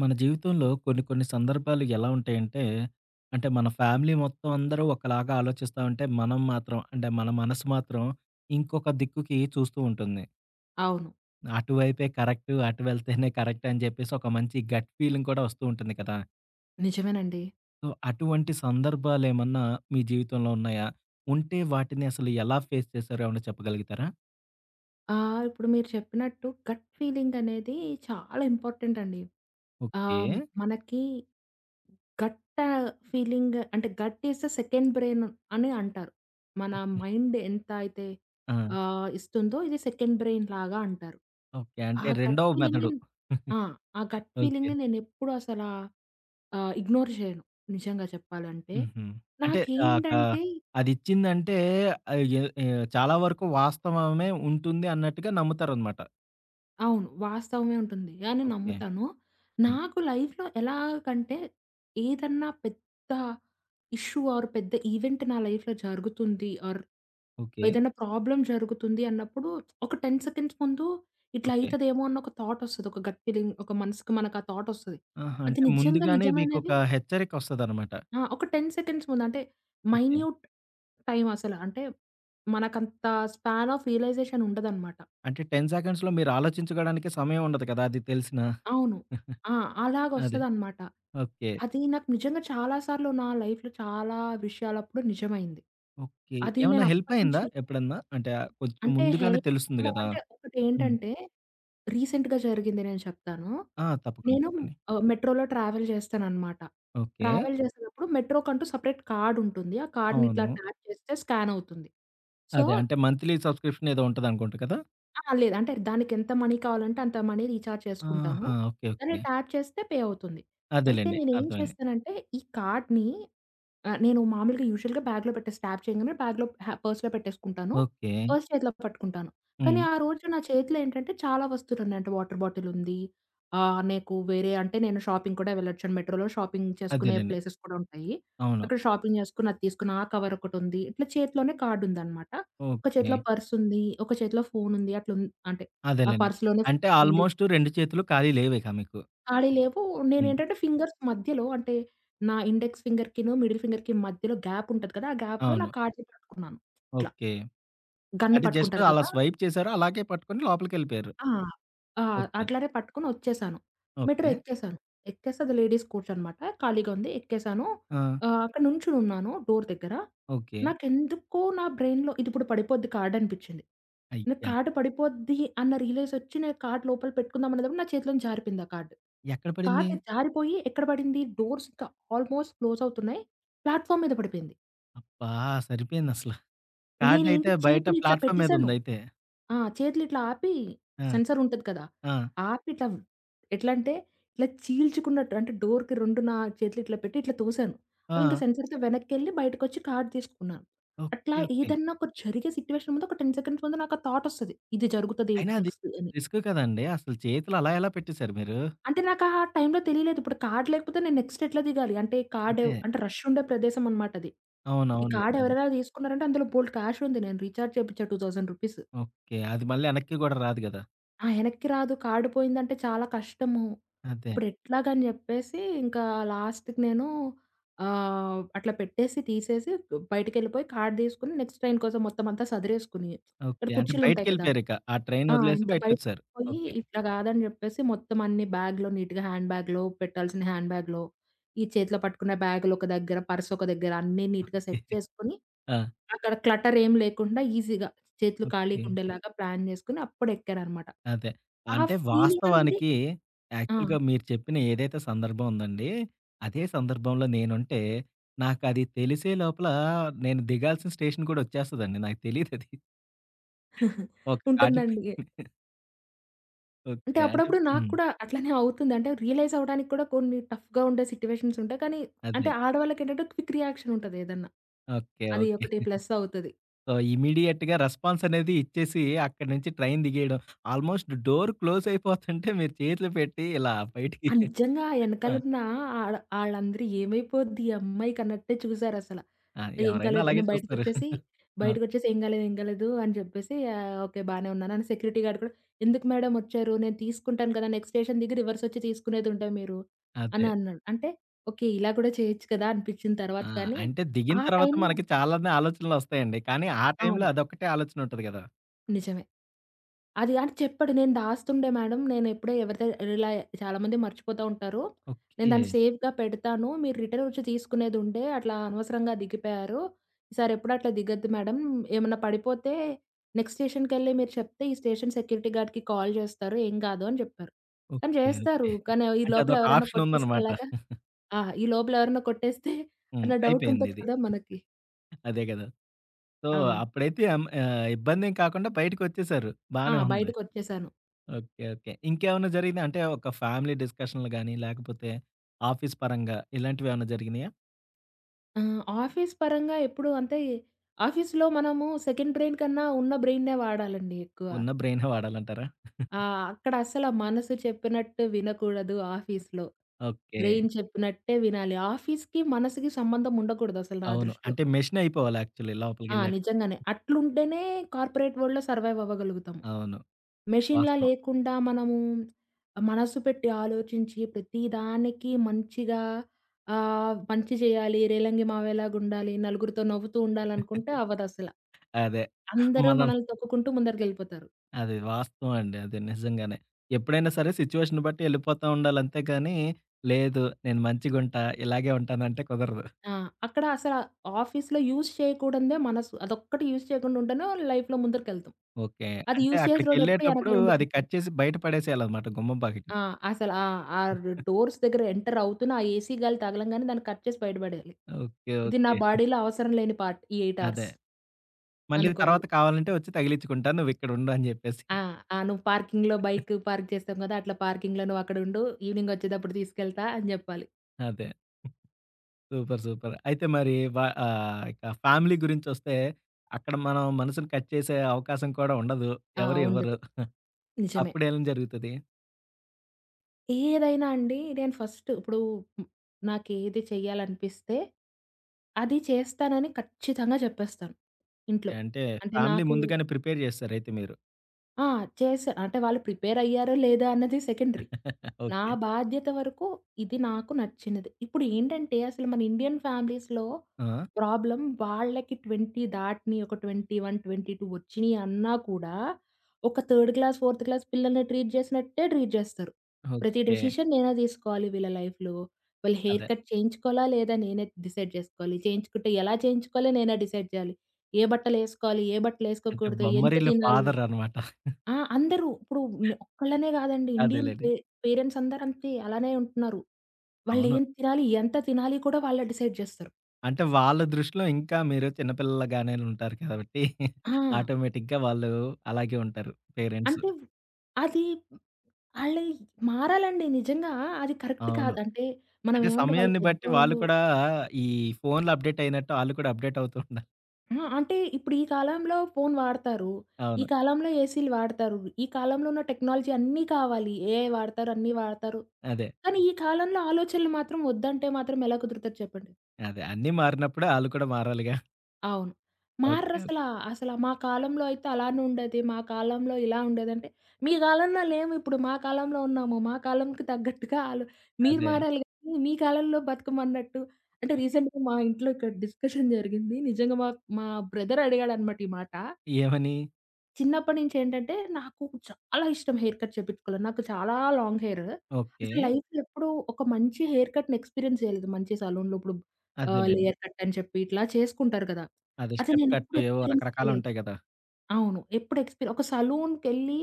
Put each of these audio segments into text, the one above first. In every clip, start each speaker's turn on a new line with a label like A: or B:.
A: మన జీవితంలో కొన్ని కొన్ని సందర్భాలు ఎలా ఉంటాయంటే, అంటే మన ఫ్యామిలీ మొత్తం అందరూ ఒకలాగా ఆలోచిస్తా ఉంటే, మనం మాత్రం అంటే మన మనసు మాత్రం ఇంకొక దిక్కుకి చూస్తూ ఉంటుంది.
B: అవును.
A: అటువైపే కరెక్ట్, అటు వెళ్తేనే కరెక్ట్ అని చెప్పేసి ఒక మంచి గట్ ఫీలింగ్ కూడా వస్తూ ఉంటుంది కదా!
B: నిజమేనండి.
A: సో, అటువంటి సందర్భాలేమన్నా మీ జీవితంలో ఉన్నాయా? ఉంటే వాటిని అసలు ఎలా ఫేస్ చేశారో ఏమన్నా చెప్పగలుగుతారా?
B: ఇప్పుడు మీరు చెప్పినట్టు గట్ ఫీలింగ్ అనేది చాలా ఇంపార్టెంట్ అండి.
A: ఓకే.
B: ఆహ్, మనకి గట్ ఫీలింగ్ అంటే gut is the second brain అని అంటారు. మన
A: ఓకే.
B: మైండ్ ఎంత అయితే
A: ఆ!
B: ఇస్తుందో ఇది సెకండ్ బ్రెయిన్ లాగా అంటారు.
A: ఓకే.
B: ఆ
A: అంటే
B: గట్
A: రెండో
B: ఫీలింగ్‌ని
A: మెథడు.
B: ఆ! ఆ గట్
A: ఓకే.
B: ఫీలింగ్‌ని నేనెప్పుడు అసల ఇగ్నోర్ చేయను నిజంగా చెప్పాలంటే.
A: హుహు. అంటే ఆహ్, క
B: నాకేంటంటే
A: అదిచ్చిందంటే ఆహ్, ఎ ఎ చాలా వరకు వాస్తవమే ఉంటుంది అన్నట్టుగా నమ్ముతారనమాట.
B: అవును. వాస్తవమే ఉంటుంది అని
A: ఓకే.
B: నమ్ముతాను.
A: హ్మ్.
B: నాకు లైఫ్‌లో ఎలాగంటే ఏదన్నా పెద్ద ఇష్యూ ఆర్ పెద్ద ఈవెంట్ నా లైఫ్‌లో జరుగుతుంది ఆర్
A: ఓకే.
B: ఏదైనా ప్రాబ్లమ్ జరుగుతుంది అన్నప్పుడు ఒక 10 సెకండ్స్ ముందు ఇట్లా
A: ఓకే.
B: అయితదేమో అన్న ఒక థాట్ వస్తది. ఒక గట్ ఫీలింగ్ ఒక మనసుకి మనకు ఆ థాట్ వస్తది.
A: ఆహా!
B: అది
A: అంటే
B: నిజంగా
A: ముందుగానే మీకొక
B: నిజమైనది.
A: హెచ్చరికొస్తదనమాట.
B: ఆ! ఒక 10 సెకండ్స్ ముందు అంటే
A: ఓకే.
B: మైన్యూట్ టైమ్ అసల. అంటే మనకంత స్పాన్ ఆఫ్ రియలైజేషన్ ఉండదన్నమాట.
A: అంటే 10 సెకండ్స్‌లో మీరు ఆలోచించుకోవడానికి సమయం ఉండదు కదా! అది తెలిసినా.
B: అవును. ఆ!
A: అదే.
B: అలాగొస్తదనమాట.
A: ఓకే.
B: అది నాకు నిజంగా చాలా సార్లు నా లైఫ్‌లో చాలా విషయాలప్పుడు నిజమైంది.
A: ఓకే.
B: అది
A: ఏమన్నా
B: నేను
A: హెల్ప్ అయిందా
B: అప్పటినుంచి
A: ఎప్పుడన్నా? అంటే ఆ కొంచెం
B: అంటే
A: ముందుగానే
B: హెల్ప్
A: తెలుస్తుంది
B: అవ్వడం
A: గదా!
B: అంటే
A: హ్మ్.
B: ఒకటేంటంటే రీసెంట్‌గా జరిగింది నేను చెప్తాను.
A: ఆ! తప్పకుండా
B: నేను
A: చెప్పండి.
B: మెట్రోలో ట్రావెల్ చేస్తాననమాట.
A: ఓకే.
B: ట్రావెల్ చేసేటప్పుడు మెట్రోకంటూ సెపరేట్ కార్డ్ ఉంటుంది. ఆ కార్డ్‌ని ఇట్లా
A: అవును.
B: ట్యాప్ చేస్తే స్కాన్ అవుతుంది. సో
A: అదే. అంటే మంత్లీ సబ్స్క్రిప్షన్ ఏదో ఉంటదనుకుంట కదా!
B: ఆ! లేదు. అంటే దానికెంత మనీ కావాలంటే అంత మనీ రీచార్జ్ చేసుకుంటాను.
A: ఆహా! ఓకే.
B: దాన్ని
A: ఓకే.
B: ట్యాప్ చేస్తే పే అవుతుంది. అయితే
A: అదేలెండి.
B: నేనేం
A: అర్థమైంది.
B: చేస్తానంటే ఈ కార్డ్‌ని నేను మామూలుగా యూజువల్‌గా బ్యాగ్‌లో పెట్టేసి ట్యాప్ చేయంగానే బ్యాగ్‌లో పర్స్‌లో పెట్టేసుకుంటాను.
A: ఓకే.
B: పర్స్ చేతిలో పట్టుకుంటాను. కానీ
A: హ్మ్.
B: ఆ రోజు నా చేతిలో ఏంటంటే చాలా వస్తువులున్నాయి. అంటే వాటర్ బాటిల్ ఉంది. నీకు వేరే అంటే నేను షాపింగ్ కూడా వెళ్ళొచ్చాను. మెట్రోలో షాపింగ్ చేసుకునే
A: అదేలెండి.
B: ప్లేసెస్ కూడా ఉంటాయి.
A: అవును.
B: అక్కడ షాపింగ్ చేసుకొని అది తీసుకున్న ఆ కవర్ ఒకటుంది. ఇట్లా చేతిలోనే కార్డ్ ఉందన్నమాట. ఒక
A: ఓకే.
B: చేతిలో పర్సుంది. ఒక చేతిలో ఫోనుంది. అంటే ఆ
A: అదేలెండి.
B: పర్స్‌లోనే
A: అంటే
B: ఫోనుంది.
A: ఆల్‌మోస్ట్ 2 చేతులు ఖాళీ లేవిక మీకు.
B: ఖాళీ లేవు.
A: హ్మ్.
B: నేనేంటంటే ఫింగర్స్ మధ్యలో అంటే నా ఇండెక్స్ ఫింగర్‌కిను, మిడిల్ ఫింగర్‌కి మధ్యలో గ్యాప్ ఉంటది కదా! ఆ గ్యాప్‌లో నా
A: అవును.
B: కార్డ్‌ని పట్టుకున్నాను. ఇట్లా
A: ఓకే.
B: గన్ను
A: అంటే జస్ట్
B: పట్టుకుంటారు
A: అలా
B: కదా!
A: స్వైప్ చేశారు. అలాగే పట్టుకొని లోపలికెళ్ళిపోయారు.
B: ఆ! ఆ!
A: ఓకే.
B: అట్లానే పట్టుకొని ఒచ్చేసాను. Metro
A: okay.
B: ఎక్కేసాను. ఎక్కేస్తే అది లేడీస్ కోచ్ అనమాట. ఖాళీగా ఉంది. ఎక్కేసాను.
A: ఆ!
B: అక్కడ నుంచునున్నాను డోర్ దగ్గర.
A: ఓకే.
B: నాకెందుకో నా బ్రెయిన్‌లో ఇదిప్పుడు పడిపోద్ది కార్డ్ అనిపిచ్చింది. నాకు
A: అయ్యా!
B: కార్డ్ పడిపోద్ది అన్న రియలైజ్ ఒచ్చి నేను కార్డ్ లోపల పెట్టుకుందాం అనేటప్పుడు నా చేతిలో నుంచి జారిపోయింది ఆ కార్డ్.
A: ఎక్కడ పడింది?
B: కార్డ్ జారిపోయి ఎక్కడ పడింది? డోర్స్ ఇంకా ఆల్‌మోస్ట్ క్లోజ్ అవుతున్నాయి. ప్లాట్‌ఫార్మ్ మీద పడిపోయింది.
A: అబ్బా! సరిపోయిందసల.
B: నేనేంటి
A: కార్డయితే బయట
B: చేతులిట్లా
A: ప్లాట్‌ఫామ్ మీద
B: పెట్టేసాను.
A: ఉందయితే.
B: ఆ! చేతులిట్లా ఆపి
A: ఆ!
B: సెన్సార్ ఉంటది కదా!
A: ఆ!
B: ఆపి ఇట్లా ఎట్లంటే ఇట్లా చీల్చుకున్నట్టు అంటే డోర్‌కి రెండు నా చేతులిట్లా పెట్టి ఇట్లా తోసాను. అవి ఇంకా
A: ఆ!
B: సెన్సార్‌తో వెనక్కెళ్ళి బయటకొచ్చి కార్డ్ తీసుకున్నాను.
A: ఓకే.
B: అట్లా
A: ఓకే.
B: ఏదన్నా ఒకటి జరిగే సిట్యుయేషన్ ముందు ఒక 10 సెకండ్స్ ముందు నాకు ఆ థాటొస్తది. ఇది జరుగుతది
A: అయినా అది
B: నెక్స్ట్ అని.
A: రిస్క్ కదండీ! అసలు చేతులు అలా ఎలా పెట్టేసారు మీరు?
B: అంటే నాకు ఆ టైమ్‌లో తెలియలేదు. ఇప్పుడు కార్డ్ లేకపోతే నేను నెక్స్ట్ ఎట్లా దిగాలి? అంటే కార్డ్
A: అంతే.
B: అంటే రష్ ఉండే ప్రదేశం అన్నమాట అది. ఈ కార్డ్
A: అవునవునులెండి. అది.
B: ఎవరైనా తీసుకున్నారంటే అందులో బోలెడు క్యాష్ ఉంది. నేను రీచార్జ్ చేపించా రూ. 2000.
A: ఓకే. అది మళ్ళీ వెనక్కి గూడా రాదు గదా!
B: ఆ! ఎనక్కి రాదు. కార్డ్ పోయిందంటే చాలా కష్టము.
A: అదే.
B: ఇప్పుడెట్లాగని జెప్పేసి, ఇంకా లాస్ట్‌కి నేను అట్లా పెట్టేసి, తీసేసి బయటికెళ్ళిపోయి కార్డ్ తీసుకొని, నెక్స్ట్ ట్రైన్ కోసం మొత్తం అంతా సదిరేసుకుని, ఇక్కడ
A: ఓకే. అంటే
B: కుర్చీలుంటాయి కదా!
A: బయటికెళ్ళిపోయారిక. ఆ ట్రైన్
B: ఆ!
A: వదిలేసి
B: ఇంకా బయటికి
A: బయటికొచ్చేసారు.
B: పోయి,
A: ఓకే.
B: ఇట్లా కాదని జెప్పేసి, మొత్తం అన్ని బ్యాగ్‌లో నీట్‌గా హ్యాండ్ బ్యాగ్‌లో, పెట్టాల్సిన హ్యాండ్ బ్యాగ్‌లో, ఈ చేతిలో పట్టుకున్న బ్యాగులు ఒక దగ్గర, పర్స్ ఒక దగ్గర అన్నీ నీట్‌గా సెట్ చేసుకొని
A: ఆ!
B: అక్కడ క్లటర్ ఏం లేకుండా ఈజీగా చేతులు
A: ఓకే.
B: ఖాళీగుండేలాగా ప్లాన్ జేసుకొని అప్పుడు ఎక్కారనమాట.
A: అదే.
B: ఆ
A: అంటే
B: ఫీలింగ్ అనేది
A: వాస్తవానికి
B: ఆ!
A: యాక్చువల్‌గా మీరు చెప్పిన ఏదైతే సందర్భం ఉందండి, అదే సందర్భంలో నేనుంటే నాకది తెలిసే లోపల నేను దిగాల్సిన స్టేషన్ కూడా వచ్చేస్తదండి. నాకు తెలీదది. ఒక
B: ఉంటుందండి.
A: దాటిపోయిందని.
B: అంటే
A: ఓకే. అంటే
B: అప్పుడప్పుడు నాకు
A: హ్మ్.
B: కూడా అట్లనే అవుతుంది. అంటే రియలైజ్ అవ్వడానికి కూడా కొన్ని టఫ్‌గా ఉండే సిట్యుయేషన్స్ ఉంటాయి. కానీ
A: అదే.
B: అంటే ఆడవాళ్ళకేంటంటే క్విక్ రియాక్షన్ ఉంటది ఏదన్నా.
A: ఓకే.
B: అది
A: ఓకే.
B: ఒకటి ప్లస్ అవుతది.
A: సో, ఇమ్మీడియేట్‌గా రెస్పాన్స్ అనేది ఇచ్చేసి అక్కడి నుంచి ట్రైన్ దిగేయడం. ఆల్‌మోస్ట్ డోర్ క్లోజ్ అయిపోతుంటే మీరు చేతులు పెట్టి ఇలా బయటికి
B: ఆ! నిజంగా ఆ
A: ఆ!
B: ఎనకాలున్న ఆడ ఆళ్ళందరూ ఏమైపోద్ది ఈ అమ్మాయికన్నట్టే చూసారసల.
A: ఆ!
B: ఏం
A: ఎవరైనా
B: కాలేదు
A: అలాగే
B: నేను
A: చూస్తారు.
B: బయటకొచ్చేసి,
A: ఆ!
B: "ఏం కాలేదు, ఏం కాలేదు" అని చెప్పేసి ఓకే బానే ఉన్నాను అని సెక్యూరిటీ గార్డ్ కూడా "ఎందుకు మేడం వచ్చారు? నేను తీసుకుంటాను కదా! నెక్స్ట్ స్టేషన్ దిగి రివర్స్ వచ్చి తీసుకునేదుంటది మీరు"
A: అదే.
B: అని అన్నాడు. అంటే ఓకే ఇలా కూడా చేయొచ్చు కదా! అనిపించిన
A: ఆ!
B: తర్వాత కానీ
A: అంటే దిగిన
B: ఆ
A: తర్వాత
B: టైంలో
A: మనకి చాలానే ఆలోచనలొస్తాయండి. కానీ ఆ టైంలో
B: అవును.
A: అదొక్కటే ఆలోచన ఉంటది గదా!
B: నిజమే. అది అని చెప్పాడు. నేను దాస్తుండే మేడం. నేనెప్పుడో ఎవరిదో ఇలా చాలామంది మర్చిపోతా ఉంటారు. నేను
A: ఓకే.
B: దాన్ని సేవ్‌గా పెడతాను. మీరు రిటర్న్ వచ్చి తీసుకునేదుండే అట్లా అనవసరంగా దిగిపోయారు. ఈసారెప్పుడు అట్లా దిగొద్దు మేడం. ఏమన్నా పడిపోతే నెక్స్ట్ స్టేషన్‌కెళ్ళి మీరు చెప్తే ఈ స్టేషన్ సెక్యూరిటీ గార్డ్‌కి కాల్ చేస్తారు. ఏం కాదు అని చెప్పారు. కానీ
A: ఓకే.
B: చేస్తారు.
A: ఓకే.
B: కానీ ఈ
A: అంటే
B: లోపల
A: అదొక
B: ఎవరైనా
A: ఆప్షన్
B: కొట్టేస్తే
A: ఉందనమాట.
B: ఎలాగా? ఆ! ఈ లోపల ఎవరైనా కొట్టేస్తే
A: హ్మ్.
B: అన్న డౌట్ ఉంటది
A: అయిపోయిందిది.
B: కదా మనకి.
A: అదే గదా! సో,
B: అవును.
A: అప్పుడైతే ఇబ్బందేం కాకుండా బయటికొచ్చేసారు.
B: ఆ!
A: బానే ఉంది.
B: బయటకొచ్చేసాను.
A: ఓకే. ఓకే. ఇంకేమన్నా జరిగిందా? అంటే ఒక ఫ్యామిలీ డిస్కషన్‌లు గాని, లేకపోతే ఆఫీస్ పరంగా ఇలాంటివేమన్నా జరిగినాయా?
B: ఆ! ఆఫీస్ పరంగా ఎప్పుడు అంటే, ఆఫీస్‌లో మనము సెకండ్ బ్రెయిన్ కన్నా ఉన్న బ్రెయిన్‌నే వాడాలండి ఎక్కువ.
A: ఉన్న బ్రెయినే వాడాలంటారా?
B: అక్కడ అస్సల మనసు చెప్పినట్టు వినకూడదు ఆఫీస్‌లో.
A: ఓకే.
B: బ్రెయిన్ చెప్పినట్టే వినాలి. ఆఫీస్‌కి, మనసుకి సంబంధం ఉండకూడదసలు నా
A: అవును.
B: దృష్టిలో.
A: అంటే మెషిన్ అయిపోవాలి యాక్చువల్లీ
B: ఆ!
A: లోపలికెళ్ళాక.
B: నిజంగానే. అట్లుంటేనే కార్పొరేట్ వరల్డ్‌లో సర్వైవ్ అవ్వగలుగుతాము.
A: అవును.
B: మెషిన్‌లా
A: వాస్తవం.
B: లేకుండా మనము మనస్సు పెట్టి ఆలోచించి ప్రతి దానికి మంచిగా మంచి చేయాలి, రేలంగి మావేలాగుండాలి, నలుగురితో నవ్వుతూ ఉండాలనుకుంటే అవ్వదసల.
A: అదే.
B: అందరూ
A: మనం
B: మనల్ని తొక్కుకుంటూ ముందరికెళ్ళిపోతారు.
A: అది వాస్తవం అండి. అది నిజంగానే. ఎప్పుడైనా సరే సిట్యుయేషన్‌ని బట్టి ఎళ్ళిపోతా ఉండాలి అంతేగాని, లేదు నేను మంచిగుంటా, ఇలాగే ఉంటానంటే కుదరదు.
B: ఆ! అక్కడ అసల ఆఫీస్‌లో యూజ్ చేయకూడందే మనసు. అదొక్కటి యూజ్ చేయకుండా ఉంటేనే లైఫ్‌లో ముందరికెళ్తాం.
A: ఓకే.
B: అది
A: అంటే
B: యూజ్ చేసేటోడు ఎప్పుడు
A: అక్కడికెళ్ళేటప్పుడు
B: ఎనకాల
A: అది
B: ఉండిపోతాడు.
A: కట్ చేసి బయట పడేసేయాలన్నమాట గుమ్మం బాకెట.
B: ఆ! అసల ఆ డోర్స్ దగ్గర ఎంటర్ అవుతున్న ఆ ఏసీ గాలి తగలంగానే దాన్ని కట్ చేసి బయట పడేయాలి.
A: ఓకే.
B: ఇది నా
A: ఓకే.
B: బాడీలో అవసరం లేని పార్ట్ ఈ 8
A: అదే.
B: అవర్స్
A: మళ్ళీ
B: అనుకోవాలి.
A: తర్వాత కావాలంటే వచ్చి తగిలించుకుంటా. నువ్విక్కడుండు అని జెప్పేసి.
B: ఆ! ఆ! "నువ్వు పార్కింగ్‌లో బైక్ పార్క్ చేస్తాం కదా! అట్లా పార్కింగ్‌లో నువ్వు అక్కడ ఉండు. ఈవినింగ్ వచ్చేటప్పుడు తీసుకెళ్తా" అని చెప్పాలి.
A: అదే. సూపర్. సూపర్. అయితే మరి ఇక ఫ్యామిలీ గురించొస్తే అక్కడ మనం మనసుని కట్ చేసే అవకాశం కూడా ఉండదు.
B: ఆ!
A: ఎవరు ఇవ్వరు.
B: ఉండదు. నిజమే.
A: అప్పుడేం జరుగుతది?
B: ఏదైనా అండి నేను ఫస్ట్ ఇప్పుడు హ్మ్, నాకేది చేయాలనిపిస్తే అది చేస్తానని ఖచ్చితంగా చెప్పేస్తాను
A: ఓకే.
B: ఇంట్లో.
A: అంటే
B: అంటే
A: ఫ్యామిలీ
B: నాకు
A: ముందుగానే ప్రిపేర్ జేస్తారయితే మీరు.
B: ఆ! చేశా. అంటే వాళ్ళు ప్రిపేరయ్యారో లేదా అన్నది సెకండరీ. నా
A: ఓకే.
B: బాధ్యత వరకు ఇది నాకు నచ్చినది. ఇప్పుడేంటంటే అసలు మన ఇండియన్ ఫ్యామిలీస్‌లో
A: ఆ!
B: ప్రాబ్లమ్ వాళ్ళకి 20 దాటిని ఒక 21, 22 వచ్చినియి అన్నా కూడా ఒక థర్డ్ క్లాస్, ఫోర్త్ క్లాస్ పిల్లల్ని ట్రీట్ చేసినట్టే ట్రీట్ చేస్తారు. ప్రతి
A: ఓకే.
B: డెసిషన్ నేనే తీసుకోవాలి వీళ్ళ లైఫ్‌లో. వాళ్ళు హెయిర్
A: అదే.
B: కట్ చేయించుకోవాలా లేదా నేనే డిసైడ్ చేసుకోవాలి. చేయించుకుంటే ఎలా చేయించుకోవాలి నేనే డిసైడ్ చేయాలి. ఏ బట్టలేసుకోవాలి, ఏ
A: అంటే
B: బట్టలేసుకోకూడదు, ఎంత
A: బొమ్మరిల్లు
B: తినాలి
A: ఫాదర్ అనమాట.
B: ఆ! అందరూ. ఇప్పుడు నే ఒక్కళ్ళనే గాదండి. ఇండియన్
A: అదేలెండి.
B: పేరెంట్స్ అందరంతే అలానే ఉంటున్నారు.
A: అవును.
B: వాళ్ళేం తినాలి, ఎంత తినాలి కూడా వాళ్ళే డిసైడ్ జేస్తారు.
A: అంటే వాళ్ళ దృష్టిలో ఇంకా మీరు చిన్న పిల్లలుగానే ఉంటారు కాబట్టి
B: ఆ!
A: ఆటోమేటిక్‌గా వాళ్ళు అలాగే ఉంటారు పేరెంట్స్.
B: అంటే అది ఆళ్ళు మారాలండి నిజంగా. అది కరెక్ట్
A: అవును.
B: కాదు. అంటే మనం
A: అంటే
B: ఏమంటే వాళ్ళు
A: సమయాన్ని బట్టి వాళ్ళు
B: పెద్దోళ్ళు
A: కూడా ఈ ఫోన్‌లు అప్‌డేట్ అయినట్టు ఆళ్ళు కూడా అప్‌డేట్ అవుతూ ఉండాలి.
B: ఆ! అంటే ఇప్పుడు ఈ కాలంలో ఫోను వాడతారు. ఈ
A: అవును.
B: కాలంలో ఏసీలు వాడతారు. ఈ కాలంలో ఉన్న టెక్నాలజీ అన్నీ కావాలి. ఏఐ వాడతారు, అన్నీ వాడతారు.
A: అదే.
B: కానీ ఈ కాలంలో ఆలోచనలు మాత్రం ఒద్దంటే మాత్రం ఎలా కుదురుతది చెప్పండి?
A: అదే. అన్నీ మారినప్పుడే ఆళ్ళు కూడా మారాలిగా.
B: అవును.
A: ఓకే. ఓకే.
B: మారరసలా. అసలా మా కాలంలో అయితే అలానే ఉండేది. మా కాలంలో ఇలా ఉండేదంటే, మీ కాలంలో లేమిప్పుడు. మా కాలంలో ఉన్నాము. మా కాలంకి తగ్గట్టుగా మీరు
A: అదే.
B: మారాలి గానీ, మీ కాలంలో బతకమన్నట్టు. అంటే రీసెంట్‌గా మా ఇంట్లో ఇక్కడ డిస్కషన్ జరిగింది. నిజంగా మా మా బ్రదర్ అడిగాడనమాట ఈ మాట.
A: ఏమని?
B: చిన్నప్పటి నుంచి ఏంటంటే, నాకు చాలా ఇష్టం హెయిర్ కట్ చేపించుకోవాలి. నాకు చాలా లాంగ్ హెయిర్.
A: ఓకే.
B: అసలు లైఫ్‌లో ఎప్పుడూ ఒక మంచి హెయిర్ కట్‌ని ఎక్స్‌పీరియన్స్ చేయలేదు. మంచి సలూన్‌లో ఇప్పుడు
A: అదేలెండి.
B: లేయర్ కట్ అని చెప్పి ఇట్లా చేసుకుంటారు కదా!
A: అదే
B: అది
A: స్టెప్ కట్
B: నేనెప్పుడు
A: ఏవో
B: ఎక్స్‌పీరియన్స్ చేయలేదు.
A: రకరకాలుంటాయి గదా!
B: అవును. ఎప్పుడు ఒక సలూన్‌కెళ్ళి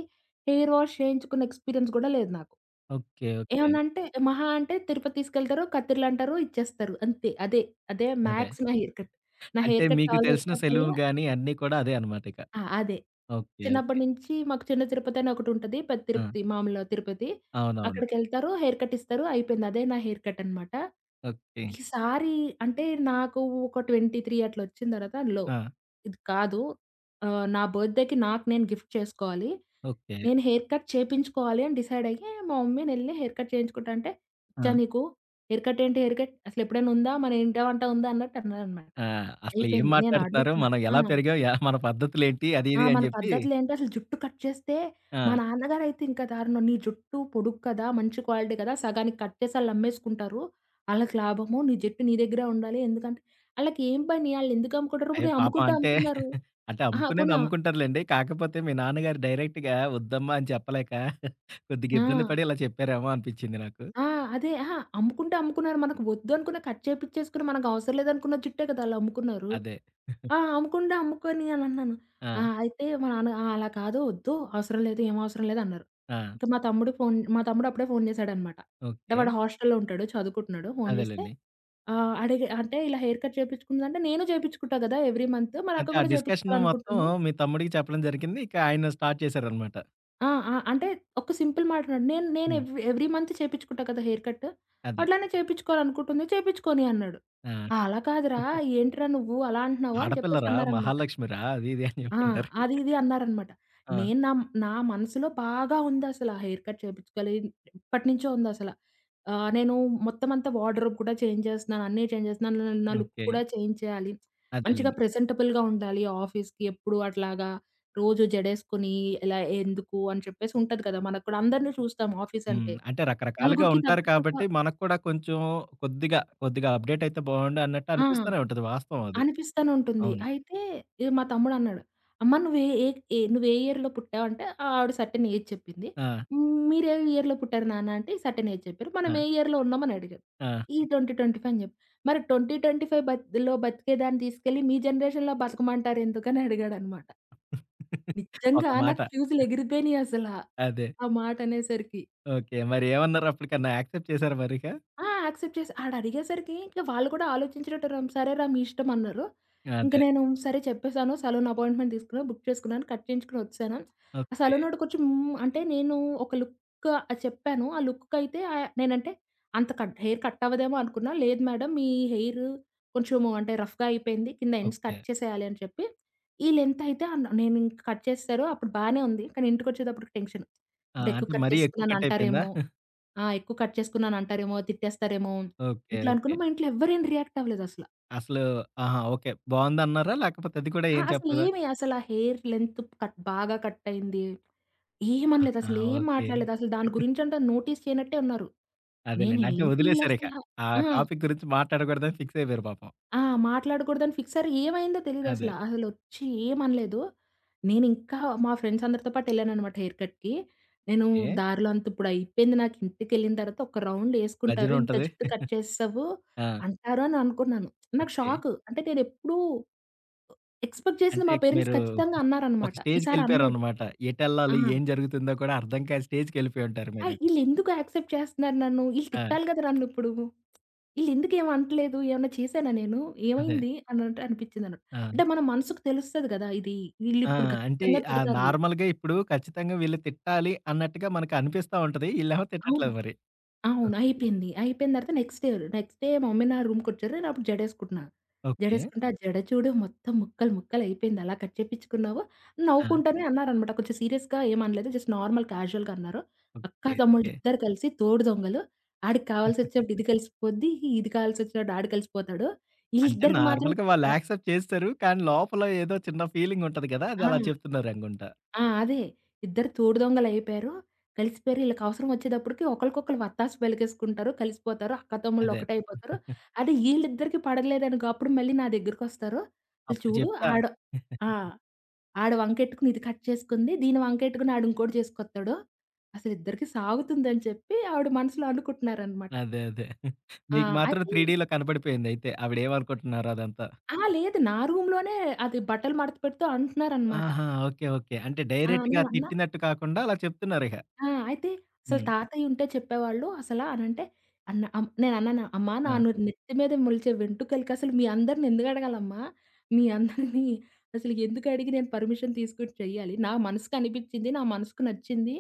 B: హెయిర్ వాష్ చేయించుకున్న ఎక్స్‌పీరియన్స్ గూడా లేదు నాకు.
A: ఓకే. ఓకే.
B: ఏమనంటే మహా అంటే తిరుపతి తీసుకెళ్తారు, కత్తిరిలు అంటారు, ఇచ్చేస్తారు. అంతే. అదే. అదే
A: అదే.
B: మ్యాక్స్ నా హెయిర్ కట్. నా
A: అంటే
B: హెయిర్ కట్
A: మీకు తెలిసిన సెలూన్
B: కావాల్సొచ్చినప్పుడల్లా
A: గాని అన్నీ కూడా అదే అనమాట ఇక.
B: ఆ! అదే.
A: ఓకే.
B: చిన్నప్పటి
A: ఓకే.
B: నుంచి మాకు చిన్న తిరుపతి అని ఒకటుంటది. పెద్ద
A: ఆ!
B: తిరుపతి మామూలు తిరుపతి.
A: అవునవును.
B: అక్కడికెళ్తారు. హెయిర్ కట్ ఇస్తారు. అయిపోయింది. అదే నా హెయిర్ కట్ అనమాట.
A: ఓకే.
B: ఈసారి అంటే నాకు ఒక 23 అట్లా వచ్చిన తర్వాత లో
A: ఆ!
B: ఇది కాదు. నా బర్త్‌డేకి నాకు నేను గిఫ్ట్ చేసుకోవాలి.
A: ఓకే.
B: నేను హెయిర్ కట్ చేపించుకోవాలి అని డిసైడ్ అయ్యి మా మమ్మీ నేనెళ్లి హెయిర్ కట్ చేయించుకుంటా అంటే,
A: ఆ!
B: "పిచ్చా నీకు హెయిర్ కట్ ఏంటి? హెయిర్ కట్ అసలు ఎప్పుడైనా ఉందా? మన ఇంట వంట ఉందా?" అన్నట్టు అన్నారనమాట.
A: ఆ! అసలు ఏం
B: అయిపోయింది. నేను
A: మాట్లాడుతున్నారు?
B: అడుగుతున్నా.
A: మనం
B: ఆ!
A: ఎలా పెరిగాం? మన పద్ధతులేంటి? అది
B: ఆ!
A: ఇది అని
B: మన
A: జెప్పి
B: పద్ధతులేంటో అసలు జుట్టు కట్ చేస్తే, మా
A: ఆ!
B: నాన్నగారైతే ఇంకా దారుణం. "నీ జుట్టు పొడుగు కదా! మంచి క్వాలిటీ కదా! సగానికి కట్ చేసి ఆళ్ళమ్మేసుకుంటారు. ఆళ్ళకి లాభము. నీ జుట్టు నీ దగ్గరే ఉండాలి. ఎందుకంటే" ఆళ్ళకేం పని? ఆళ్ళెందుకు అమ్ముకుంటారు?
A: అయ్యో!
B: పోనీ
A: పాపం
B: అమ్ముకుంటే
A: అంటే
B: అమ్ముకున్నారు.
A: అంటే
B: అహా!
A: అమ్ముకునేది
B: పోనీ ఆ!
A: అమ్ముకుంటారులెండి. కాకపోతే మీ నాన్నగారు డైరెక్ట్‌గా వద్దమ్మా అని చెప్పలేక కొద్దిగా
B: ఆ!
A: ఇబ్బంది పడి ఇలా చెప్పారేమో అనిపిచ్చింది నాకు.
B: ఆ! అదే. అహా! అమ్ముకుంటే అమ్ముకున్నారు. మనకు వద్దు అనుకున్న కట్ చేపిచ్చేసుకున్న మనకు అవసరం లేదనుకున్న జుట్టే కదా! ఆళ్ళమ్ముకున్నారు.
A: అదే.
B: ఆ! అమ్ముకుంటే అమ్ముకొని అనన్నాను. ఆ!
A: ఆ!
B: అయితే మా నాన్న "ఆ! అలా కాదు వద్దు. అవసరం లేదు, ఏం అవసరం లేదు" అన్నారు.
A: ఆ!
B: ఇంక మా తమ్ముడు అప్పుడే ఫోన్ చేసాడనమాట. అంటే
A: ఓకే.
B: వాడు హాస్టల్‌లో ఉంటాడు, చదువుకుంటున్నాడు. ఫోన్ చేస్తే
A: అదేలెండి.
B: అడిగి అంటే ఇలా హెయిర్ కట్ చేపించుకుందంటే నేను చేపించుకుంటా కదా! Every month. మన అక్క
A: అంటే ఆ
B: కూడా
A: డిస్కషన్ మొత్తం
B: చేపించుకోవాలనుకుంటుంది.
A: మీ తమ్ముడికి చెప్పడం జరిగింది. ఇక ఆయన స్టార్ట్ చేశారనమాట.
B: ఆ! ఆ! అంటే ఒక సింపుల్ మాట అన్నాడు. నేను నేను
A: హ్మ్.
B: ఎవ్రీ మంత్ చేపించుకుంటా కదా హెయిర్ కట్.
A: అదే.
B: అట్లానే చేపించుకోవాలనుకుంటుంది. చేపించుకోని అన్నాడు.
A: ఆ!
B: "ఆ! "అలా కాదురా! ఏంట్రా నువ్వు అలా అంటున్నావు" అని చెప్పేసి
A: ఆడపిల్లరా?
B: అన్నారనమాట.
A: మహాలక్ష్మిరా? అది ఇది అని
B: ఆ!
A: చెప్పుంటారు.
B: అది ఇది అన్నారనమాట.
A: ఆ!
B: నేను నా నా మనసులో బాగా ఉందసల హెయిర్ కట్ చేపించుకోవాలి. ఎప్పటినుంచో ఉందసల. నేను మొత్తం అంతా వార్డ్‌రోబ్ కూడా చేంజ్ చేస్తున్నాను. అన్నీ చేంజ్ చేస్తున్నాను. నా నా లుక్
A: ఓకే.
B: కూడా చేంజ్ చేయాలి. మంచిగా
A: అదేలెండి.
B: ప్రెజెంటబుల్‌గా ఉండాలి ఆఫీస్‌కి. ఎప్పుడు అట్లాగా రోజు జడేసుకొని ఇలా ఎందుకు అని చెప్పేసి ఉంటది కదా! మనకు కూడా అందరిని చూస్తాం ఆఫీస్
A: హ్మ్.
B: అంటే.
A: అంటే రకరకాలుగా
B: నలుగురికి
A: ఉంటారు
B: తగ్గట్టుగా
A: కాబట్టి మనకు కూడా కొంచెం కొద్దిగా కొద్దిగా అప్‌డేట్ అయితే బావుండు అన్నట్టు
B: ఆ!
A: అనిపిస్తూనే ఉంటది. వాస్తవం అది.
B: అనిపిస్తానే ఉంటుంది.
A: అవును.
B: అయితే ఇగ మా తమ్ముడన్నాడు, "అమ్మ నువ్వు ఏ ఇయర్‌లో పుట్టావంటే" ఆవిడ సర్టెన్ ఏజ్ చెప్పింది.
A: ఆ!
B: మీరే ఇయర్‌లో పుట్టారు నాన్న" అంటే సర్టెన్ ఏజ్ చెప్పారు.
A: ఆ!
B: "మనం ఏ ఇయర్‌లో ఉన్నాం" అని అడిగారు.
A: ఆ!
B: ఈ 2025 అని చెప్పి. మరి 2025 బతిలో బతికేదాన్ని తీసుకెళ్ళి మీ జనరేషన్‌లో బతకమంటారెందుకని అడిగాడనమాట.
A: ఒక
B: నిజంగా
A: మాట.
B: నాకు ఫ్యూజులు ఎగిరిపోయినాయి అసల. ఆ
A: అదే.
B: ఆ మాట అనేసరికి.
A: ఓకే. మరి ఏమన్నారు అప్పటికన్నా యాక్సెప్ట్ చేసారా మరిక?
B: ఆ! యాక్సెప్ట్ చేసి ఆడడిగేసరికి ఇంక వాళ్ళు కూడా ఆలోచించేటట్టురం సరేరా మీ ఇష్టం అన్నారు. ఇంక
A: అదే.
B: నేను సరే చెప్పేసాను. సలూన్ అపాయింట్‌మెంట్ తీసుకున్నా, బుక్ చేసుకున్నాను, కట్ చేయించుకొని వచ్చేసాను. ఆ
A: ఓకే.
B: సలూనోడు కొంచెం అంటే నేను ఒక లుక్ చెప్పాను. ఆ లుక్‌కైతే నేనంటే అంత హెయిర్ కట్ అవ్వదేమో అనుకున్నా. లేదు మేడం మీ హెయిర్ కొంచెము అంటే రఫ్‌గా అయిపోయింది. కింద ఎండ్స్
A: ఓకే.
B: కట్ చేసేయాలి అని చెప్పి, ఈ లెంత్ అయితే నేను ఇంక కట్ చేసేసారు. అప్పుడు బానే ఉంది. కానీ ఇంటికొచ్చేటప్పటికి టెన్షన్.
A: ఆ!
B: ఇప్పుడు ఎక్కువ
A: అంటే
B: కట్
A: మరీ ఎక్కువ
B: చేసుకున్నాను
A: కట్ అయిపోయిందా?
B: అంటారేమో! ఆ! ఎక్కువ కట్ చేసుకున్నాను అంటారేమో, తిట్టేస్తారేమో
A: ఓకే.
B: ఇంట్లో
A: ఓకే.
B: అనుకున్నా. మా ఇంట్లో ఎవ్వరేం రియాక్ట్ అవ్వలేదసల.
A: అసలు ఆహా! ఓకే. బావుందన్నారా? లేకపోతే అది కూడా
B: ఆ!
A: ఏం చెప్పలేదా?
B: అసలేమి అసల హెయిర్ లెంత్ కట్ బాగా కట్ అయింది. ఏమనలేదు.
A: ఆ!
B: అసలేం
A: ఓకే.
B: మాట్లాడలేదు. అసలు దాని గురించంట నోటీస్ చేయనట్టే ఉన్నారు. నేను
A: అదేలెండి. అంటే
B: ఏంటి
A: వదిలేసారిక.
B: ఈళ్ళసల
A: ఆ
B: ఆ!
A: టాపిక్ గురించి మాట్లాడకూడదని ఫిక్స్ అయిపోయారు పాపం.
B: ఆ! మాట్లాడకూడదని ఫిక్స్ అయ్యారు. ఏమైందో తెలీదసల.
A: అదే.
B: అసలొచ్చి ఏమనలేదు. నేనింకా మా ఫ్రెండ్స్ అందరితో పాటు ఎళ్ళాననమాట హెయిర్ కట్‌కి. నేను
A: ఏ
B: దారిలో అంత ఇప్పుడు అయిపోయింది నాకు ఇంటికెళ్ళిన తర్వాత ఒక రౌండ్
A: భజన
B: యేసుకుంటారు. ఇంత
A: ఉంటది.
B: జుట్టు కట్ చేసేసావు
A: ఆ!
B: అంటారు అని అనుకున్నాను. నాకు
A: ఓకే.
B: షాక్. అంటే నేనెప్పుడూ ఎక్స్‌పెక్ట్ చేసింది
A: అంటే
B: మా
A: ఇక
B: పేరెంట్స్
A: మీరు
B: ఖచ్చితంగా
A: ఒక
B: అన్నారనమాట. ఈసారి అనలేదు.
A: స్టేజ్‌కెళ్ళిపోయారన్నమాట.
B: ఆ!
A: ఎటెళ్ళాలి? ఏం జరుగుతుందో కూడా అర్థం కాని స్టేజ్‌కెళ్ళిపోయుంటారు
B: ఆ!
A: మీరు.
B: ఈళ్ళెందుకు యాక్సెప్ట్ చేస్తున్నారు నన్ను? ఈళ్ళు
A: ఆ!
B: తిట్టాలి గదా! నన్నిప్పుడు. ఈళ్ళెందుకేం అంటలేదు? ఏమన్నా చేశానా నేను?
A: అదే.
B: ఏమైంది? అనంటే అనిపిచ్చిందన్నట్టు.
A: ఆ!
B: అంటే మన మనసుకు తెలుస్తది గదా! ఇది
A: ఆ!
B: వీళ్ళిప్పుడు
A: అంటే
B: ఖచ్చితంగా తిడతారు.
A: నార్మల్‌గా ఇప్పుడు ఖచ్చితంగా వీళ్ళు తిట్టాలి అన్నట్టుగా మనకు అనిపిస్తా ఉంటది. ఈళ్ళేమో
B: అవును.
A: తిట్టట్లేదు మరి.
B: అవును. అయిపోయింది. అయిపోయిన తర్వాత నెక్స్ట్ డే, మా మమ్మీ నా రూమ్‌కొచ్చారు. నేనప్పుడు జడేసుకుంటున్నా.
A: ఓకే.
B: జడేసుకుంటే, ఆ జడ చూడు మొత్తం ముక్కలు ముక్కలయిపోయింది. అలా కట్ చేపిచ్చుకున్నావు.
A: ఆ!
B: నవ్వుకుంటానే అన్నారనమాట. కొంచెం సీరియస్‌గా ఏమనలేదు. జస్ట్ నార్మల్ క్యాజుయల్‌గా అన్నారు. అక్కా,
A: ఓకే. ఓకే.
B: తమ్ముళ్ళిద్దరు కలిసి తోడు దొంగలు. ఆడికి కావాల్సొచ్చినప్పుడు ఇది కలిసిపోద్ది. ఇది కావాల్సొచ్చినప్పుడు ఆడు కలిసిపోతాడు.
A: అంటే
B: ఈళ్ళిద్దరికి మాత్రం
A: నార్మల్‌గా వాళ్ళు
B: కలపాలి.
A: యాక్సెప్ట్ చేస్తారు. కానీ లోపల ఏదో చిన్న ఫీలింగ్ ఉంటది కదా! అది అలా
B: ఆ!
A: చెప్తున్నారనుకుంటా.
B: ఆ! అదే. ఇద్దరు తోడు దొంగలయిపోయారు. కలిసిపోయారు. ఈళ్ళకవసరం ఒచ్చేటప్పటికి ఒకళ్ళకొకళ్ళు వత్తాసు పలికేసుకుంటారు. కలిసిపోతారు. అక్కాతమ్ముళ్ళు
A: అదే.
B: ఒకటైపోతారు. అదే ఈళ్ళిద్దరికీ పడలేదనుకో అప్పుడు మళ్ళీ నా దగ్గరకొస్తారు. "ఈళ్ళు
A: అప్పుడు
B: చూడు
A: చెప్తా.
B: ఆడు ఆ! ఆడు వంకెట్టుకుని ఇది కట్ చేసుకుంది. దీని వంకెట్టుకుని ఆడింకోటి చేసుకొత్తాడు. అసలిద్దరికీ సాగుతుందని" చెప్పి ఆవిడ మనసులో అనుకుంటున్నారనమాట.
A: అదే. అదే.
B: ఆ!
A: మీకు మాత్రం
B: అయితే
A: 3డీలో కనపడిపోయిందయితే. ఆవిడేమనుకుంటున్నారో అదంతా.
B: ఆ! లేదు. నా రూమ్‌లోనే అది బట్టలు మడత పెడుతూ అంటున్నారనమాట.
A: ఆహా! ఓకే. ఓకే. అంటే
B: ఆ!
A: డైరెక్ట్‌గా
B: నేనన్నా
A: తిట్టినట్టు కాకుండా అలా చెప్తున్నారిక.
B: ఆ! అయితే అసలు
A: హ్మ్.
B: తాతయ్య ఉంటే చెప్పేవాళ్ళు అసలా అనంటే అన్న అం నేనన్నాను అమ్మా
A: ఆ!
B: నా నెత్తి మీద మొలిచే వెంట్రుకలకసలు మీ అందరిని ఎందుకడగాలమ్మా? మీ అందరిని అసలు ఎందుకడిగి నేను పర్మిషన్ తీసుకొని చెయ్యాలి? నా మనసుకు అనిపిచ్చింది. నా మనసుకు నచ్చింది.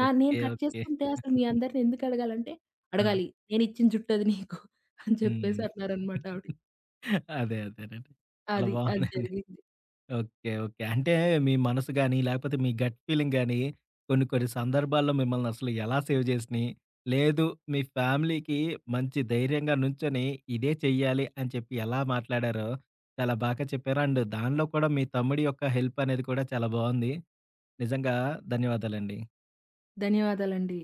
B: నేను
A: ఓకే.
B: Cut
A: okay.
B: చేసుకుంటే అసలు మీ అందరిని ఎందుకడగాలంటే,
A: ఆ!
B: అడగాలి. నేనిచ్చిన జుట్టది నీకు అని చెప్పేసి
A: హ్మ్.
B: అన్నారనమాట ఆవిడ.
A: అదే. అదేనండి. చాలా
B: అది. అది
A: బావుందండి.
B: జరిగింది.
A: ఓకే. ఓకే. అంటే మీ మనసు గాని, లేకపోతే మీ గట్ ఫీలింగ్ గాని, కొన్ని కొన్ని సందర్భాల్లో మిమ్మల్ని అసలు ఎలా సేవ్ చేసినియి, లేదు మీ ఫ్యామిలీకి మంచి ధైర్యంగా నుంచొని ఇదే చెయ్యాలి అని చెప్పి ఎలా మాట్లాడారో చాలా బాగా చెప్పారు. అండ్ దానిలో కూడా మీ తమ్ముడి యొక్క హెల్ప్ అనేది కూడా చాలా బావుంది. నిజంగా ధన్యవాదాలండి.
B: ధన్యవాదాలండి.